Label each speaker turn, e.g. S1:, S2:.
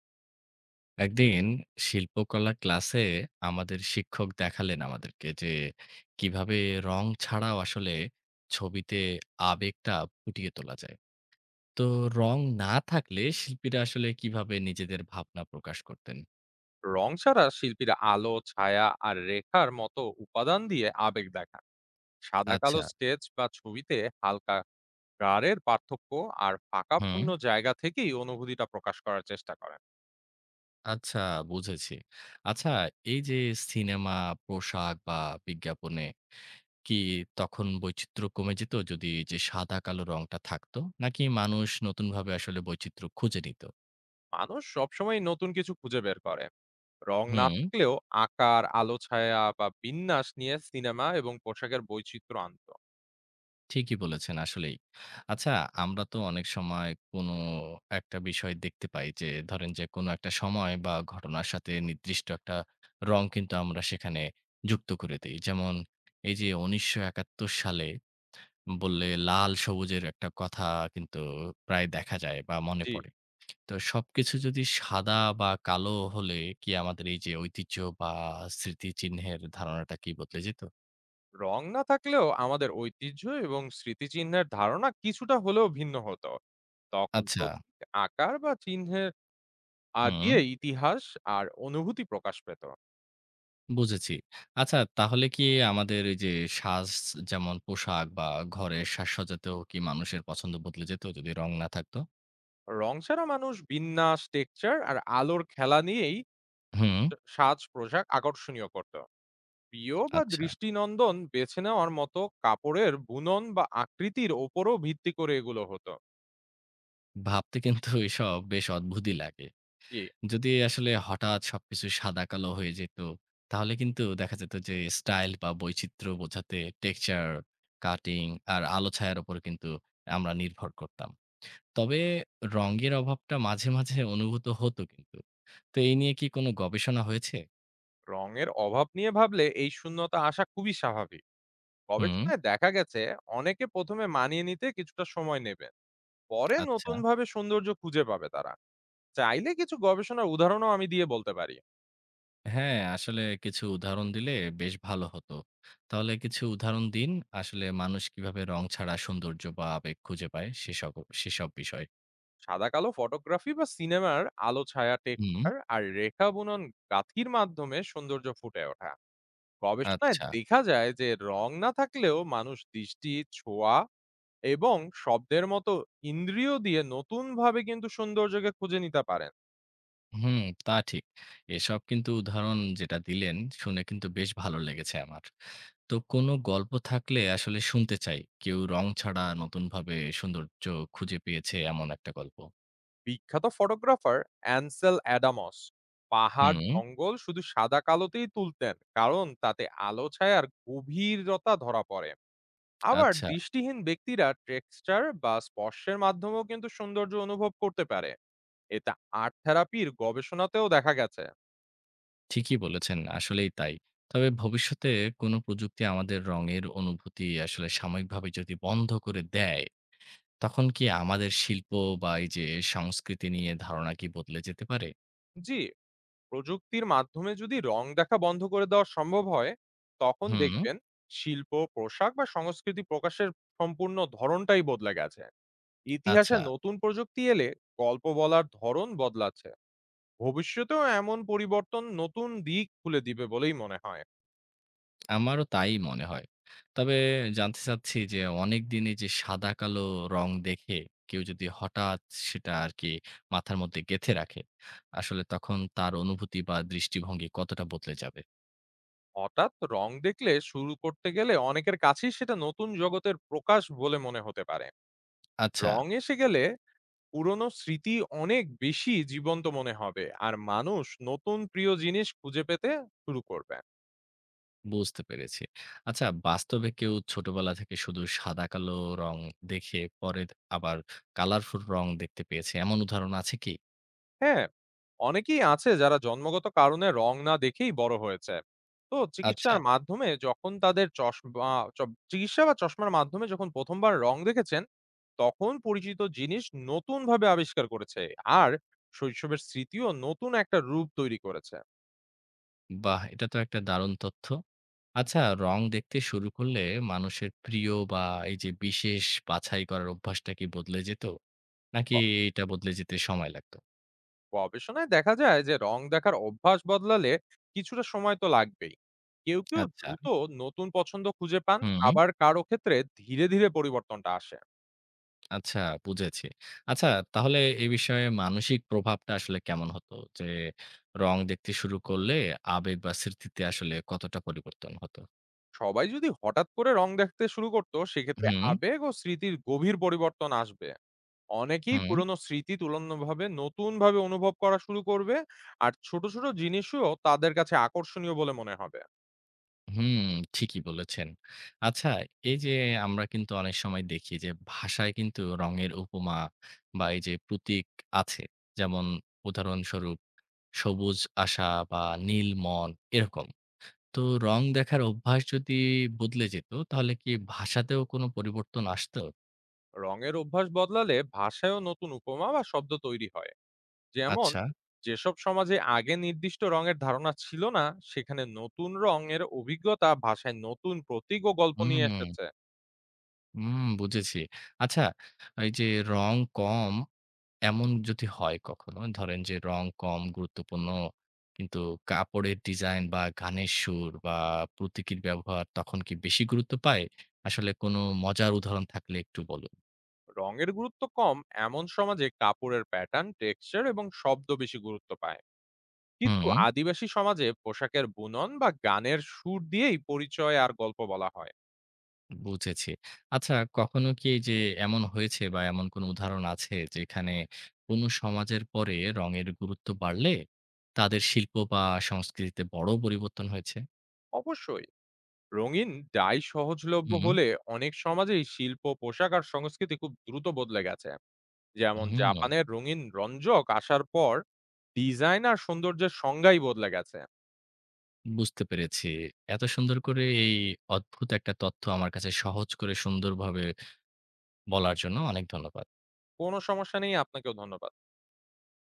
S1: একদিন শিল্পকলা ক্লাসে আমাদের শিক্ষক দেখালেন আমাদেরকে যে কিভাবে রং ছাড়াও আসলে ছবিতে আবেগটা ফুটিয়ে তোলা যায়। তো রং না থাকলে শিল্পীরা আসলে কিভাবে নিজেদের ভাবনা প্রকাশ করতেন?
S2: রং ছাড়া শিল্পীরা আলো, ছায়া আর রেখার মতো উপাদান দিয়ে আবেগ দেখান। সাদা কালো
S1: আচ্ছা।
S2: স্কেচ বা ছবিতে হালকা গাড়ের পার্থক্য আর
S1: হুম।
S2: ফাঁকাপূর্ণ জায়গা থেকেই অনুভূতিটা প্রকাশ করার চেষ্টা করেন।
S1: আচ্ছা, বুঝেছি। আচ্ছা, এই যে সিনেমা, পোশাক বা বিজ্ঞাপনে কি তখন বৈচিত্র্য কমে যেত যদি যে সাদা কালো রংটা থাকতো, নাকি মানুষ নতুনভাবে আসলে বৈচিত্র্য খুঁজে নিত?
S2: মানুষ সবসময় নতুন কিছু খুঁজে বের করে। রং না
S1: হুম।
S2: থাকলেও আকার, আলো, ছায়া বা বিন্যাস নিয়ে সিনেমা এবং পোশাকের বৈচিত্র্য আনত।
S1: ঠিকই বলেছেন আসলেই। আচ্ছা, আমরা তো অনেক সময় কোনো একটা বিষয় দেখতে পাই যে ধরেন যে কোনো একটা সময় বা ঘটনার সাথে নির্দিষ্ট একটা রং কিন্তু আমরা সেখানে যুক্ত করে দেই। যেমন এই যে ১৯৭১ সালে বললে লাল সবুজের একটা কথা কিন্তু প্রায় দেখা যায় বা মনে
S2: জি,
S1: পড়ে। তো সবকিছু যদি সাদা বা কালো হলে কি আমাদের এই যে ঐতিহ্য বা স্মৃতিচিহ্নের ধারণাটা কি বদলে যেত?
S2: রং না থাকলেও আমাদের ঐতিহ্য এবং স্মৃতিচিহ্নের ধারণা কিছুটা হলেও ভিন্ন হতো। তখন
S1: আচ্ছা,
S2: প্রতীক, আকার বা চিহ্নের
S1: হুম।
S2: দিয়ে ইতিহাস আর অনুভূতি প্রকাশ পেত।
S1: বুঝেছি। আচ্ছা তাহলে কি আমাদের এই যে সাজ, যেমন পোশাক বা ঘরের সাজসজ্জাতেও কি মানুষের পছন্দ বদলে যেত যদি রং না থাকতো?
S2: রং ছাড়া মানুষ বিন্যাস, টেক্সচার আর আলোর খেলা নিয়েই
S1: হুম,
S2: সা সাজ-পোশাক আকর্ষণীয় করত। প্রিয় বা
S1: আচ্ছা।
S2: দৃষ্টিনন্দন বেছে নেওয়ার মতো কাপড়ের বুনন বা আকৃতির ওপরও ভিত্তি করে এগুলো হতো।
S1: ভাবতে কিন্তু এসব বেশ অদ্ভুতই লাগে।
S2: জি,
S1: যদি আসলে হঠাৎ সবকিছু সাদা-কালো হয়ে যেত, তাহলে কিন্তু দেখা যেত যে স্টাইল বা বৈচিত্র্য বোঝাতে টেক্সচার, কাটিং আর আলো-ছায়ার উপর কিন্তু আমরা নির্ভর করতাম। তবে রঙের অভাবটা মাঝে মাঝে অনুভূত হতো কিন্তু। তো এই নিয়ে কি কোনো গবেষণা হয়েছে?
S2: রঙের অভাব নিয়ে ভাবলে এই শূন্যতা আসা খুবই স্বাভাবিক।
S1: হুম।
S2: গবেষণায় দেখা গেছে অনেকে প্রথমে মানিয়ে নিতে কিছুটা সময় নেবে। পরে
S1: আচ্ছা।
S2: নতুনভাবে সৌন্দর্য খুঁজে পাবে তারা। চাইলে কিছু গবেষণার উদাহরণও আমি দিয়ে বলতে পারি।
S1: হ্যাঁ, আসলে কিছু উদাহরণ দিলে বেশ ভালো হতো। তাহলে কিছু উদাহরণ দিন। আসলে মানুষ কিভাবে রং ছাড়া সৌন্দর্য বা আবেগ খুঁজে পায়, সেসব বিষয়।
S2: সাদা কালো ফটোগ্রাফি বা সিনেমার আলো, ছায়া,
S1: হুম,
S2: টেক্সচার আর রেখা, বুনন, গাঁথির মাধ্যমে সৌন্দর্য ফুটে ওঠা গবেষণায়
S1: আচ্ছা।
S2: দেখা যায় যে রং না থাকলেও মানুষ দৃষ্টি, ছোঁয়া এবং শব্দের মতো ইন্দ্রিয় দিয়ে নতুন ভাবে কিন্তু সৌন্দর্যকে খুঁজে নিতে পারেন।
S1: হুম, তা ঠিক। এসব কিন্তু উদাহরণ যেটা দিলেন, শুনে কিন্তু বেশ ভালো লেগেছে আমার। তো কোনো গল্প থাকলে আসলে শুনতে চাই। কেউ রং ছাড়া নতুনভাবে সৌন্দর্য খুঁজে পেয়েছে এমন একটা গল্প।
S2: বিখ্যাত ফটোগ্রাফার অ্যানসেল অ্যাডামস পাহাড়,
S1: হুম,
S2: জঙ্গল শুধু সাদা কালোতেই তুলতেন, কারণ তাতে আলো ছায়ার গভীরতা ধরা পড়ে। আবার
S1: আচ্ছা।
S2: দৃষ্টিহীন ব্যক্তিরা টেক্সচার বা স্পর্শের মাধ্যমেও কিন্তু সৌন্দর্য অনুভব করতে পারে। এটা আর্ট থেরাপির গবেষণাতেও দেখা গেছে।
S1: ঠিকই বলেছেন। আসলেই তাই। তবে ভবিষ্যতে কোনো প্রযুক্তি আমাদের রঙের অনুভূতি আসলে সাময়িকভাবে যদি বন্ধ করে দেয়, তখন কি আমাদের শিল্প বা এই যে সংস্কৃতি নিয়ে ধারণা কি বদলে যেতে পারে?
S2: জি, প্রযুক্তির মাধ্যমে যদি রং দেখা বন্ধ করে দেওয়া সম্ভব হয়, তখন
S1: হুম,
S2: দেখবেন শিল্প, পোশাক বা সংস্কৃতি প্রকাশের সম্পূর্ণ ধরনটাই বদলে গেছে। ইতিহাসে
S1: আচ্ছা।
S2: নতুন প্রযুক্তি এলে গল্প বলার ধরন বদলাচ্ছে। ভবিষ্যতেও এমন পরিবর্তন নতুন দিক খুলে দিবে বলেই মনে হয়।
S1: আমারও তাই মনে হয়। তবে জানতে চাচ্ছি যে অনেকদিন এই যে সাদা-কালো রং দেখে কেউ যদি হঠাৎ সেটা আরকি মাথার মধ্যে গেঁথে রাখে, আসলে তখন তার অনুভূতি বা দৃষ্টিভঙ্গি কতটা বদলে যাবে?
S2: হঠাৎ রং দেখলে শুরু করতে গেলে অনেকের কাছেই সেটা নতুন জগতের প্রকাশ বলে মনে হতে পারে।
S1: আচ্ছা।
S2: রং এসে গেলে পুরনো স্মৃতি অনেক বেশি জীবন্ত মনে হবে আর মানুষ নতুন প্রিয় জিনিস খুঁজে পেতে শুরু করবে।
S1: বুঝতে পেরেছি। আচ্ছা বাস্তবে কেউ ছোটবেলা থেকে শুধু সাদা-কালো রং দেখে পরে আবার কালারফুল রং দেখতে পেয়েছে, এমন উদাহরণ আছে কি?
S2: হ্যাঁ, অনেকেই আছে যারা জন্মগত কারণে রং না দেখেই বড় হয়েছে। তো
S1: আচ্ছা,
S2: চিকিৎসার মাধ্যমে যখন তাদের চশমা চ চিকিৎসা বা চশমার মাধ্যমে যখন ১ম বার রং দেখেছেন, তখন পরিচিত জিনিস নতুনভাবে আবিষ্কার করেছে। আর শৈশবের স্মৃতিও নতুন একটা রূপ তৈরি করেছে।
S1: বাহ! এটা তো একটা দারুণ তথ্য। আচ্ছা, রং দেখতে শুরু করলে মানুষের প্রিয় বা এই যে বিশেষ বাছাই করার অভ্যাসটা কি বদলে যেত?
S2: গ
S1: নাকি এটা বদলে যেতে সময় লাগতো?
S2: গবেষণায় দেখা যায় যে রং দেখার অভ্যাস বদলালে কিছুটা সময় তো লাগবেই। কেউ, কেউ
S1: আচ্ছা,
S2: দ্রুত নতুন পছন্দ খুঁজে পান,
S1: হুম।
S2: আবার কারো ক্ষেত্রে ধীরে, ধীরে পরিবর্তনটা আসে।
S1: আচ্ছা, বুঝেছি। আচ্ছা তাহলে এই বিষয়ে মানসিক প্রভাবটা আসলে কেমন হতো? যে রং দেখতে শুরু করলে আবেগ বা স্মৃতিতে আসলে কতটা পরিবর্তন হতো?
S2: সবাই যদি হঠাৎ করে রং দেখতে শুরু করতো সেক্ষেত্রে
S1: হুম,
S2: আবেগ ও স্মৃতির গভীর পরিবর্তন আসবে। অনেকেই
S1: হুম,
S2: পুরনো স্মৃতি তুলনাভাবে নতুন ভাবে অনুভব করা শুরু করবে আর ছোট ছোট জিনিসও তাদের কাছে আকর্ষণীয় বলে মনে হবে।
S1: হুম, ঠিকই বলেছেন। আচ্ছা, এই যে আমরা কিন্তু অনেক সময় দেখি যে ভাষায় কিন্তু রঙের উপমা বা এই যে প্রতীক আছে। যেমন উদাহরণস্বরূপ, সবুজ আশা বা নীল মন এরকম। তো রং দেখার অভ্যাস যদি বদলে যেত, তাহলে কি ভাষাতেও কোনো পরিবর্তন আসতো?
S2: রঙের অভ্যাস বদলালে ভাষায়ও নতুন উপমা বা শব্দ তৈরি হয়। যেমন,
S1: আচ্ছা।
S2: যেসব সমাজে আগে নির্দিষ্ট রঙের ধারণা ছিল না, সেখানে নতুন রঙের অভিজ্ঞতা ভাষায় নতুন প্রতীক ও গল্প নিয়ে
S1: হুম,
S2: এসেছে।
S1: হুম, বুঝেছি। আচ্ছা, এই যে রং কম এমন যদি হয় কখনো, ধরেন যে রং কম গুরুত্বপূর্ণ কিন্তু কাপড়ের ডিজাইন বা গানের সুর বা প্রতীকীর ব্যবহার তখন কি বেশি গুরুত্ব পায়? আসলে কোনো মজার উদাহরণ থাকলে একটু বলুন।
S2: রঙের গুরুত্ব কম এমন সমাজে কাপড়ের প্যাটার্ন, টেক্সচার এবং শব্দ বেশি গুরুত্ব পায়। কিন্তু
S1: হুম।
S2: আদিবাসী সমাজে পোশাকের বুনন বা গানের সুর দিয়েই পরিচয় আর গল্প বলা হয়।
S1: বুঝেছি। আচ্ছা কখনো কি এই যে এমন হয়েছে বা এমন কোনো উদাহরণ আছে যেখানে কোনো সমাজের পরে রঙের গুরুত্ব বাড়লে তাদের শিল্প বা সংস্কৃতিতে বড় পরিবর্তন হয়েছে?
S2: অবশ্যই, রঙিন ডাই সহজলভ্য
S1: হুম,
S2: হলে অনেক সমাজেই শিল্প, পোশাক আর সংস্কৃতি খুব দ্রুত বদলে গেছে। যেমন,
S1: হুম,
S2: জাপানের রঙিন রঞ্জক আসার পর ডিজাইন আর সৌন্দর্যের সংজ্ঞাই বদলে গেছে।
S1: বুঝতে পেরেছি। এত সুন্দর করে এই অদ্ভুত একটা তথ্য আমার কাছে সহজ করে সুন্দরভাবে বলার জন্য অনেক ধন্যবাদ।
S2: কোনো সমস্যা নেই, আপনাকেও ধন্যবাদ।